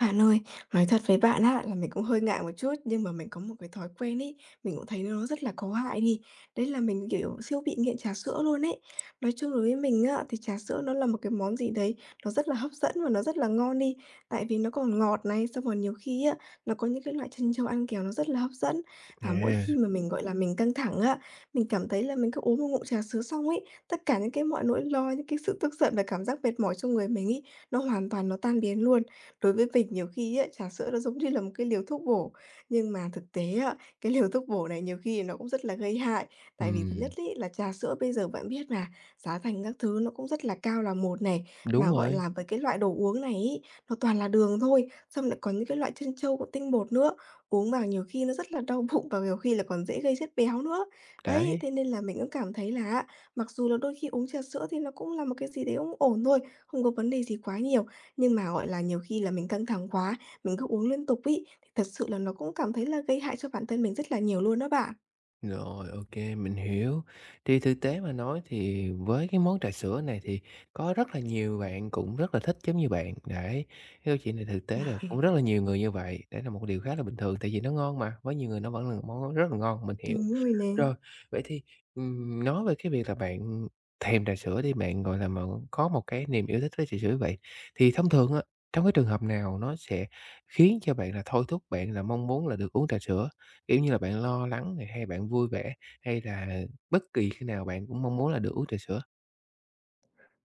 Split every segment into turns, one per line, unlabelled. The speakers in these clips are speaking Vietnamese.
Bạn ơi, nói thật với bạn á là mình cũng hơi ngại một chút, nhưng mà mình có một cái thói quen ấy, mình cũng thấy nó rất là có hại đi. Đấy là mình, kiểu, siêu bị nghiện trà sữa luôn ấy. Nói chung đối với mình á, thì trà sữa nó là một cái món gì đấy nó rất là hấp dẫn và nó rất là ngon đi, tại vì nó còn ngọt này, xong rồi nhiều khi á, nó có những cái loại trân châu ăn kèo nó rất là hấp dẫn. Và mỗi khi
À,
mà mình, gọi là, mình căng thẳng á, mình cảm thấy là mình cứ uống một ngụm trà sữa xong ấy, tất cả những cái mọi nỗi lo, những cái sự tức giận và cảm giác mệt mỏi trong người mình ấy, nó hoàn toàn nó tan biến luôn. Đối với mình nhiều khi á, trà sữa nó giống như là một cái liều thuốc bổ, nhưng mà thực tế á, cái liều thuốc bổ này nhiều khi nó cũng rất là gây hại. Tại vì thứ nhất
ừm,
ấy, là trà sữa bây giờ bạn biết mà, giá thành các thứ nó cũng rất là cao là một này,
đúng
mà, gọi
rồi,
là, với cái loại đồ uống này ấy, nó toàn là đường thôi, xong lại còn những cái loại trân châu của tinh bột nữa, uống vào nhiều khi nó rất là đau bụng và nhiều khi là còn dễ gây chất béo nữa. Đấy,
đấy.
thế nên là mình cũng cảm thấy là mặc dù là đôi khi uống trà sữa thì nó cũng là một cái gì đấy cũng ổn thôi, không có vấn đề gì quá nhiều. Nhưng mà, gọi là, nhiều khi là mình căng thẳng quá, mình cứ uống liên tục ấy, thì thật sự là nó cũng cảm thấy là gây hại cho bản thân mình rất là nhiều luôn đó bạn.
Rồi, ok, mình hiểu. Thì thực tế mà nói thì với cái món trà sữa này thì có rất là nhiều bạn cũng rất là thích giống như bạn, đấy. Cái câu chuyện này thực tế là cũng rất là nhiều người như vậy, đấy là một điều khá là bình thường tại vì nó ngon mà, với nhiều người nó vẫn là một món rất là ngon, mình hiểu.
Đúng rồi nè.
Rồi, vậy thì, nói về cái việc là bạn thèm trà sữa đi, bạn, gọi là, mà có một cái niềm yêu thích với trà sữa vậy, thì thông thường á, trong cái trường hợp nào nó sẽ khiến cho bạn là thôi thúc bạn là mong muốn là được uống trà sữa? Kiểu như là, bạn lo lắng này, hay bạn vui vẻ, hay là bất kỳ khi nào bạn cũng mong muốn là được uống trà sữa?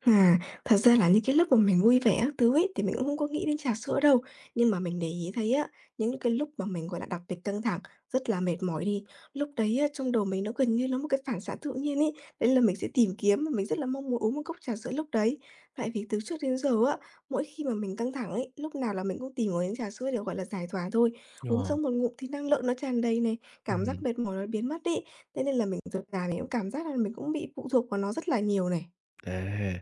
À, thật ra là những cái lúc mà mình vui vẻ các thứ ấy, thì mình cũng không có nghĩ đến trà sữa đâu. Nhưng mà mình để ý thấy á, những cái lúc mà mình, gọi là, đặc biệt căng thẳng, rất là mệt mỏi đi, lúc đấy á, trong đầu mình nó gần như nó một cái phản xạ tự nhiên ấy, đấy là mình sẽ tìm kiếm và mình rất là mong muốn uống một cốc trà sữa lúc đấy. Tại vì từ trước đến giờ á, mỗi khi mà mình căng thẳng ấy, lúc nào là mình cũng tìm uống trà sữa để, gọi là, giải tỏa thôi. Uống
Ờ,
xong một ngụm thì năng lượng nó tràn đầy này, cảm giác
ừm,
mệt mỏi nó biến mất đi. Thế nên là mình dần dà mình cũng cảm giác là mình cũng bị phụ thuộc vào nó rất là nhiều này.
à.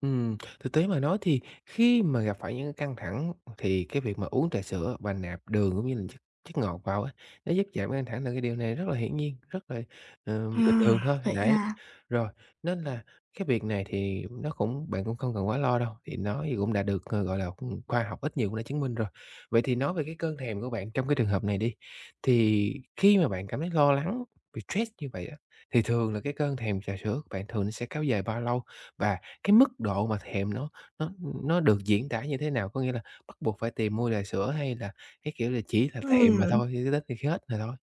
Thực tế mà nói thì khi mà gặp phải những cái căng thẳng thì cái việc mà uống trà sữa và nạp đường cũng như là chất chất ngọt vào á, nó giúp giảm căng thẳng là cái điều này rất là hiển nhiên, rất là, bình thường thôi,
À, vậy
đấy.
ra
Rồi, nên là cái việc này thì nó cũng bạn cũng không cần quá lo đâu, thì nó thì cũng đã được, gọi là, khoa học ít nhiều cũng đã chứng minh rồi. Vậy thì nói về cái cơn thèm của bạn trong cái trường hợp này đi, thì khi mà bạn cảm thấy lo lắng, bị stress như vậy á, thì thường là cái cơn thèm trà sữa của bạn thường nó sẽ kéo dài bao lâu? Và cái mức độ mà thèm nó nó được diễn tả như thế nào? Có nghĩa là bắt buộc phải tìm mua trà sữa hay là cái kiểu là chỉ là thèm mà
ừm,
thôi, cho đến khi hết là thôi?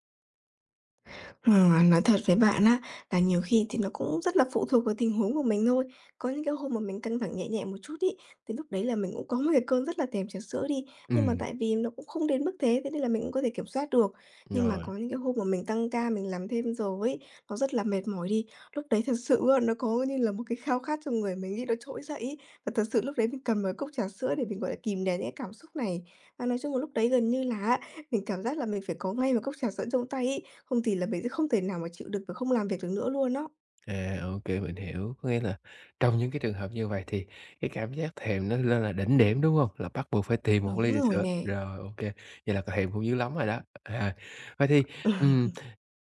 ờ, nói thật với bạn á, là nhiều khi thì nó cũng rất là phụ thuộc vào tình huống của mình thôi. Có những cái hôm mà mình căng thẳng nhẹ nhẹ một chút ấy, thì lúc đấy là mình cũng có một cái cơn rất là thèm trà sữa đi, nhưng mà
Ừm,
tại vì nó cũng không đến mức thế, thế nên là mình cũng có thể kiểm soát được. Nhưng mà
rồi,
có những cái hôm mà mình tăng ca, mình làm thêm giờ ấy, nó rất là mệt mỏi đi, lúc đấy thật sự á, nó có như là một cái khao khát trong người mình đi nó trỗi dậy ấy, và thật sự lúc đấy mình cầm một cốc trà sữa để mình, gọi là, kìm nén những cái cảm xúc này. Và nói chung là lúc đấy gần như là á, mình cảm giác là mình phải có ngay một cốc trà sẵn trong tay ấy, không thì là mình sẽ không thể nào mà chịu đựng và không làm việc được nữa luôn đó.
à, ô kê, mình hiểu. Có nghĩa là trong những cái trường hợp như vậy thì cái cảm giác thèm nó lên là đỉnh điểm, đúng hông? Là bắt buộc phải tìm một
Đúng
ly trà
rồi
sữa.
nè.
Rồi, ô kê, vậy là c thèm cũng dữ lắm rồi đó. À, vậy thì, ừm,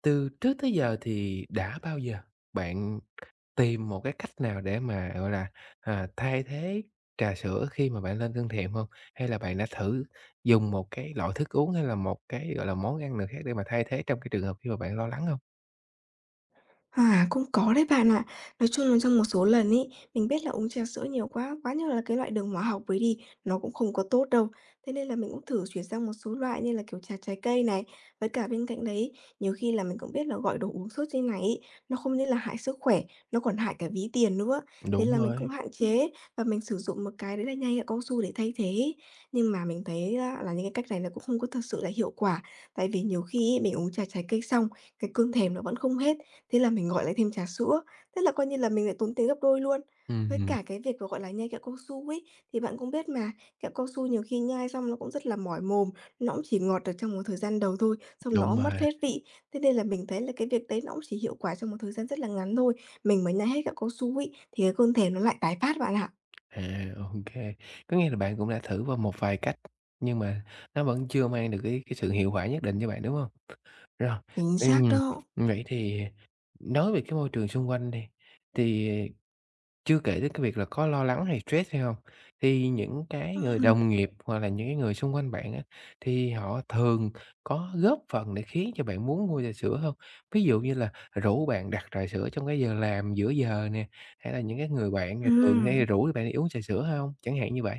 từ trước tới giờ thì đã bao giờ bạn tìm một cái cách nào để mà, gọi là, thay thế trà sữa khi mà bạn lên cân thèm không? Hay là bạn đã thử dùng một cái loại thức uống hay là một cái, gọi là, món ăn nào khác để mà thay thế trong cái trường hợp khi mà bạn lo lắng không?
À, cũng có đấy bạn ạ. Nói chung là trong một số lần ấy, mình biết là uống trà sữa nhiều quá, quá nhiều là cái loại đường hóa học với đi, nó cũng không có tốt đâu. Thế nên là mình cũng thử chuyển sang một số loại như là kiểu trà trái cây này. Với cả bên cạnh đấy, nhiều khi là mình cũng biết là gọi đồ uống sốt trên này ấy, nó không những là hại sức khỏe, nó còn hại cả ví tiền nữa. Thế
Đúng
là mình cũng
rồi,
hạn chế và mình sử dụng một cái đấy là nhai kẹo cao su để thay thế ấy. Nhưng mà mình thấy á, là những cái cách này là cũng không có thật sự là hiệu quả. Tại vì nhiều khi ấy, mình uống trà trái cây xong, cái cơn thèm nó vẫn không hết. Thế là mình gọi lại thêm trà sữa, thế là coi như là mình lại tốn tiền gấp đôi luôn. Với
ừm,
cả cái việc mà, gọi là, nhai kẹo cao su ấy, thì bạn cũng biết mà, kẹo cao su nhiều khi nhai xong nó cũng rất là mỏi mồm, nó cũng chỉ ngọt được trong một thời gian đầu thôi, xong nó
đúng rồi,
mất hết vị. Thế nên là mình thấy là cái việc đấy nó cũng chỉ hiệu quả trong một thời gian rất là ngắn thôi. Mình mà nhai hết kẹo cao su ấy, thì cái cơn thèm nó lại tái phát bạn ạ.
à, OK. Có nghĩa là bạn cũng đã thử vào một vài cách, nhưng mà nó vẫn chưa mang được cái sự hiệu quả nhất định cho bạn, đúng không? Rồi,
Chính xác
ừm,
đó.
vậy thì nói về cái môi trường xung quanh đi, thì chưa kể đến cái việc là có lo lắng hay stress hay không thì những cái người
Ừm,
đồng nghiệp hoặc là những cái người xung quanh bạn á, thì họ thường có góp phần để khiến cho bạn muốn mua trà sữa không? Ví dụ như là rủ bạn đặt trà sữa trong cái giờ làm giữa giờ nè, hay là những cái người bạn ngày thường
ừm.
hay rủ bạn đi uống trà sữa hay không? Chẳng hạn như vậy.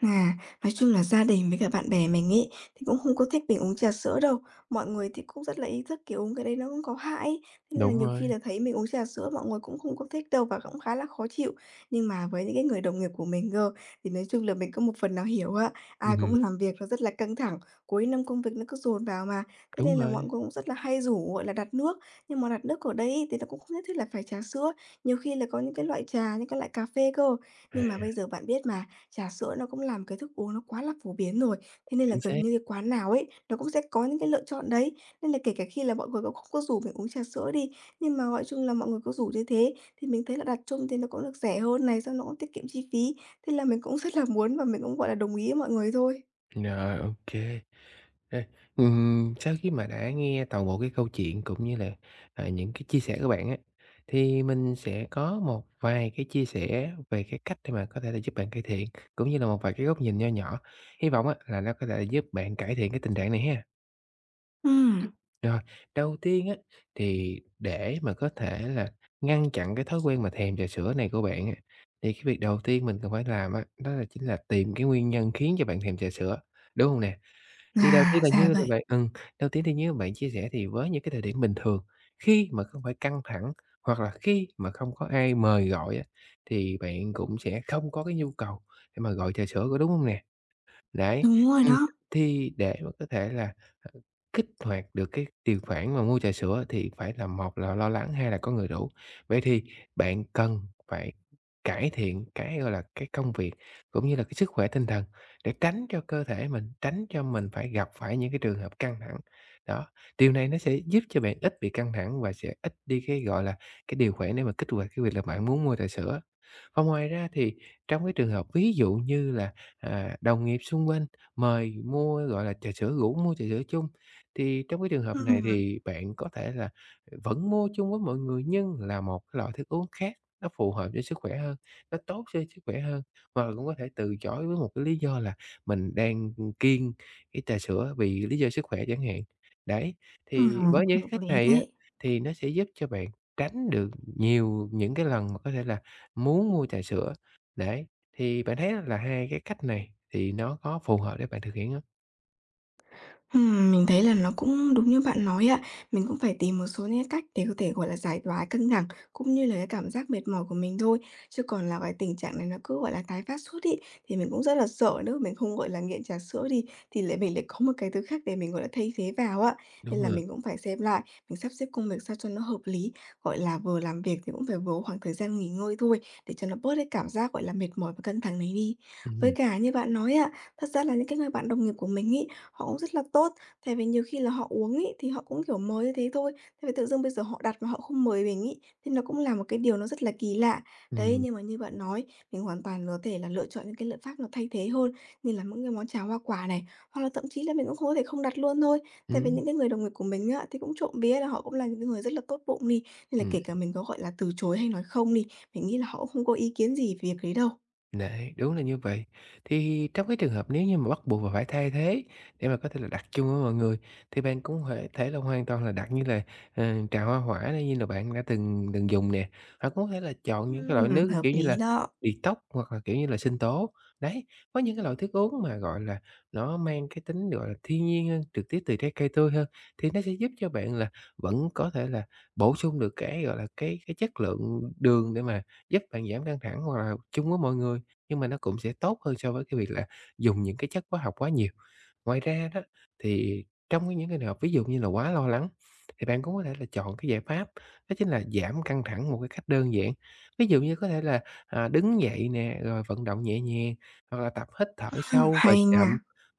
À, nói chung là gia đình với cả bạn bè mình ấy, thì cũng không có thích mình uống trà sữa đâu. Mọi người thì cũng rất là ý thức, kiểu, uống cái đấy nó cũng có hại ấy. Thế nên là
Đúng
nhiều
rồi,
khi là thấy mình uống trà sữa mọi người cũng không có thích đâu và cũng khá là khó chịu. Nhưng mà với những cái người đồng nghiệp của mình cơ, thì nói chung là mình có một phần nào hiểu á, ai cũng
ừm,
làm việc nó rất là căng thẳng, cuối năm công việc nó cứ dồn vào mà. Thế
đúng
nên là mọi
rồi,
người cũng rất là hay rủ, gọi là, đặt nước, nhưng mà đặt nước ở đây ấy thì nó cũng không nhất thiết là phải trà sữa, nhiều khi là có những cái loại trà, những cái loại cà phê cơ.
à,
Nhưng mà bây giờ bạn biết mà, trà sữa nó cũng làm cái thức uống nó quá là phổ biến rồi, thế nên là
chính xác.
gần như cái quán nào ấy, nó cũng sẽ có những cái lựa chọn đấy. Nên là kể cả khi là mọi người cũng không có rủ mình uống trà sữa đi, nhưng mà, gọi chung là, mọi người có rủ như thế thì mình thấy là đặt chung thì nó cũng được rẻ hơn này, xong nó cũng tiết kiệm chi phí. Thế là mình cũng rất là muốn và mình cũng, gọi là, đồng ý với mọi người thôi.
Rồi, ok. À, sau khi mà đã nghe toàn bộ cái câu chuyện cũng như là, những cái chia sẻ của bạn á, thì mình sẽ có một vài cái chia sẻ về cái cách để mà có thể là giúp bạn cải thiện, cũng như là một vài cái góc nhìn nho nhỏ. Hy vọng á là nó có thể giúp bạn cải thiện cái tình trạng này ha.
Ừm,
Rồi, đầu tiên á, thì để mà có thể là ngăn chặn cái thói quen mà thèm trà sữa này của bạn á, thì cái việc đầu tiên mình cần phải làm á, đó là chính là tìm cái nguyên nhân khiến cho bạn thèm trà sữa, đúng không nè? Thì đầu
à,
tiên là
ra
như là
vậy.
bạn, đầu tiên thì như bạn chia sẻ thì với những cái thời điểm bình thường, khi mà không phải căng thẳng hoặc là khi mà không có ai mời gọi á, thì bạn cũng sẽ không có cái nhu cầu để mà gọi trà sữa, có đúng không nè? Đấy,
Đúng rồi
ừm,
đó.
thì để mà có thể là, ờ, kích hoạt được cái điều khoản mà mua trà sữa thì phải là một là lo lắng, hai là có người rủ. Vậy thì bạn cần phải cải thiện cái, gọi là, cái công việc cũng như là cái sức khỏe tinh thần để tránh cho cơ thể mình, tránh cho mình phải gặp phải những cái trường hợp căng thẳng. Đó, điều này nó sẽ giúp cho bạn ít bị căng thẳng và sẽ ít đi cái, gọi là, cái điều khoản để mà kích hoạt cái việc là bạn muốn mua trà sữa. Và ngoài ra thì trong cái trường hợp ví dụ như là, đồng nghiệp xung quanh mời mua, gọi là, trà sữa rủ mua trà sữa chung, thì trong cái trường hợp này
Ừm.
thì bạn có thể là vẫn mua chung với mọi người nhưng là một cái loại thức uống khác nó phù hợp cho sức khỏe hơn, nó tốt cho sức khỏe hơn. Hoặc là cũng có thể từ chối với một cái lý do là mình đang kiêng cái trà sữa vì lý do sức khỏe chẳng hạn. Đấy, thì
Ừm,
với những cái
hợp
cách
lý
này á,
đấy.
thì nó sẽ giúp cho bạn tránh được nhiều những cái lần mà có thể là muốn mua trà sữa. Đấy, thì bạn thấy là hai cái cách này thì nó có phù hợp để bạn thực hiện không?
Mình thấy là nó cũng đúng như bạn nói ạ. Mình cũng phải tìm một số những cách để có thể, gọi là, giải tỏa căng thẳng, cũng như là cái cảm giác mệt mỏi của mình thôi. Chứ còn là cái tình trạng này nó cứ, gọi là, tái phát suốt ấy, thì mình cũng rất là sợ nếu mình không, gọi là, nghiện trà sữa đi, thì lại mình có một cái thứ khác để mình, gọi là, thay thế vào á. Nên
Đúng
là
rồi.
mình cũng phải xem lại, mình sắp xếp công việc sao cho nó hợp lý, gọi là, vừa làm việc thì cũng phải vừa có khoảng thời gian nghỉ ngơi thôi, để cho nó bớt cái cảm giác, gọi là, mệt mỏi và căng thẳng này đi.
Ừm,
Với
ừm,
cả như bạn nói ạ, thật ra là những cái người bạn đồng nghiệp của mình ấy, họ cũng rất là tốt, tại vì nhiều khi là họ uống ấy, thì họ cũng, kiểu, mới như thế thôi, thế vì tự dưng bây giờ họ đặt mà họ không mời mình ấy, thì nó cũng là một cái điều nó rất là kỳ lạ. Đấy,
ừm,
nhưng mà như bạn nói, mình hoàn toàn có thể là lựa chọn những cái liệu pháp nó thay thế hơn, như là những cái món cháo hoa quả này, hoặc là thậm chí là mình cũng không có thể không đặt luôn thôi. Tại vì những cái người đồng nghiệp của mình á, thì cũng trộm vía là họ cũng là những cái người rất là tốt bụng đi, nên là
ừm.
kể cả mình có, gọi là, từ chối hay nói không đi, mình nghĩ là họ cũng không có ý kiến gì về việc đấy đâu.
Đấy, đúng là như vậy. Thì trong cái trường hợp nếu như mà bắt buộc mà phải thay thế để mà có thể là đặt chung với mọi người thì bạn cũng có thể là hoàn toàn là đặt như là, ờ, trà hoa hỏa này như là bạn đã từng từng dùng nè, hoặc cũng có thể là chọn những cái loại nước,
Hợp
kiểu như
lý
là,
đó.
detox hoặc là, kiểu như là, sinh tố. Đấy, có những cái loại thức uống mà, gọi là, nó mang cái tính, gọi là, thiên nhiên hơn, trực tiếp từ trái cây tươi hơn thì nó sẽ giúp cho bạn là vẫn có thể là bổ sung được cái, gọi là, cái chất lượng đường để mà giúp bạn giảm căng thẳng hoặc là chung với mọi người nhưng mà nó cũng sẽ tốt hơn so với cái việc là dùng những cái chất hóa học quá nhiều. Ngoài ra đó, thì trong cái những cái trường hợp ví dụ như là quá lo lắng, thì bạn cũng có thể là chọn cái giải pháp đó chính là giảm căng thẳng một cái cách đơn giản. Ví dụ như có thể là, đứng dậy nè, rồi vận động nhẹ nhàng, hoặc là tập hít thở sâu và
Hay nha.
chậm,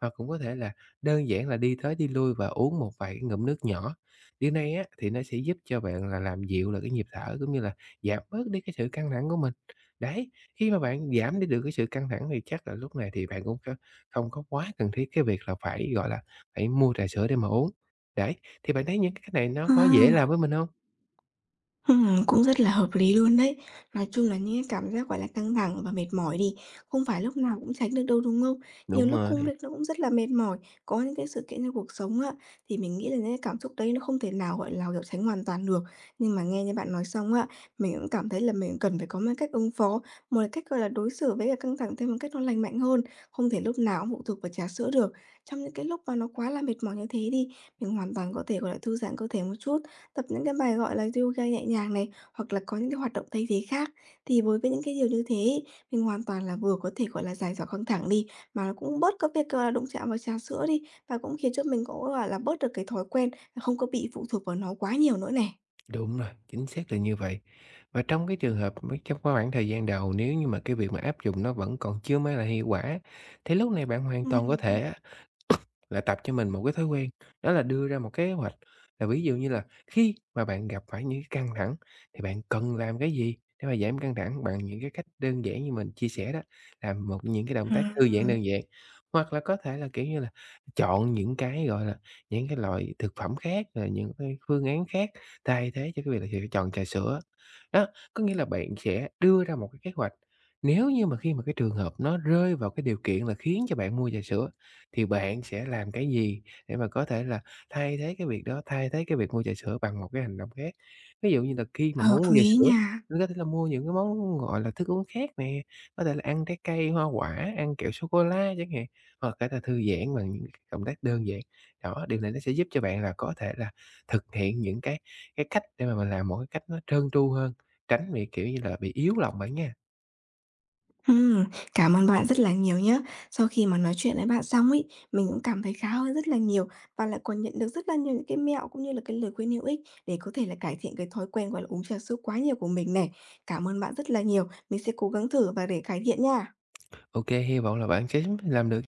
hoặc cũng có thể là đơn giản là đi tới đi lui và uống một vài cái ngụm nước nhỏ. Điều này á, thì nó sẽ giúp cho bạn là làm dịu là cái nhịp thở cũng như là giảm bớt đi cái sự căng thẳng của mình. Đấy, khi mà bạn giảm đi được cái sự căng thẳng thì chắc là lúc này thì bạn cũng có không có quá cần thiết cái việc là phải, gọi là, phải mua trà sữa để mà uống. Đấy, thì bạn thấy những cái này nó có dễ làm
À.
với mình không?
Cũng rất là hợp lý luôn đấy. Nói chung là những cái cảm giác, gọi là, căng thẳng và mệt mỏi đi, không phải lúc nào cũng tránh được đâu, đúng không? Nhiều
Đúng
lúc công
rồi,
việc nó cũng rất là mệt mỏi, có những cái sự kiện trong cuộc sống á, thì mình nghĩ là những cái cảm xúc đấy nó không thể nào, gọi là, kiểu, tránh hoàn toàn được. Nhưng mà nghe như bạn nói xong á, mình cũng cảm thấy là mình cần phải có một cái cách ứng phó, một cái cách, gọi là, đối xử với cả căng thẳng theo một cách nó lành mạnh hơn, không thể lúc nào cũng phụ thuộc vào trà sữa được. Trong những cái lúc mà nó quá là mệt mỏi như thế đi, mình hoàn toàn có thể, gọi là, thư giãn cơ thể một chút, tập những cái bài, gọi là, yoga nhẹ nhàng này, hoặc là có những cái hoạt động thay thế khác. Thì đối với những cái điều như thế ấy, mình hoàn toàn là vừa có thể, gọi là, giải tỏa căng thẳng đi, mà nó cũng bớt cái việc, gọi là, đụng chạm vào trà sữa đi, và cũng khiến cho mình cũng, gọi là, bớt được cái thói quen, không có bị phụ thuộc vào nó quá nhiều nữa này.
đúng rồi, chính xác là như vậy. Và trong cái trường hợp mấy trong cái khoảng thời gian đầu nếu như mà cái việc mà áp dụng nó vẫn còn chưa mang lại hiệu quả, thì lúc này bạn hoàn toàn có
Ừm,
thể lại tập cho mình một cái thói quen, đó là đưa ra một kế hoạch, là ví dụ như là khi mà bạn gặp phải những cái căng thẳng thì bạn cần làm cái gì để mà giảm căng thẳng bằng những cái cách đơn giản như mình chia sẻ đó, làm một những cái động tác
à,
thư giãn đơn giản. Hoặc là có thể là, kiểu như là, chọn những cái, gọi là, những cái loại thực phẩm khác, là những cái phương án khác thay thế cho cái việc là việc chọn trà sữa. Đó, có nghĩa là bạn sẽ đưa ra một cái kế hoạch, nếu như mà khi mà cái trường hợp nó rơi vào cái điều kiện là khiến cho bạn mua trà sữa thì bạn sẽ làm cái gì để mà có thể là thay thế cái việc đó, thay thế cái việc mua trà sữa bằng một cái hành động khác? Ví dụ như là khi mà
hợp
muốn mua trà
lý
sữa,
nha.
mình có thể là mua những cái món, gọi là, thức uống khác nè, có thể là ăn trái cây, hoa quả, ăn kẹo sô cô la chẳng hạn, hoặc có thể là thư giãn bằng những cái động tác đơn giản. Đó, điều này nó sẽ giúp cho bạn là có thể là thực hiện những cái cách để mà mình làm một cái cách nó trơn tru hơn, tránh bị, kiểu như là, bị yếu lòng bạn nha.
Ừm, cảm ơn bạn rất là nhiều nhé. Sau khi mà nói chuyện với bạn xong ấy, mình cũng cảm thấy khá hơn rất là nhiều và lại còn nhận được rất là nhiều những cái mẹo cũng như là cái lời khuyên hữu ích để có thể là cải thiện cái thói quen, gọi là, uống trà sữa quá nhiều của mình này. Cảm ơn bạn rất là nhiều, mình sẽ cố gắng thử và để cải thiện nha.
Ok, hy vọng là bạn sẽ làm được.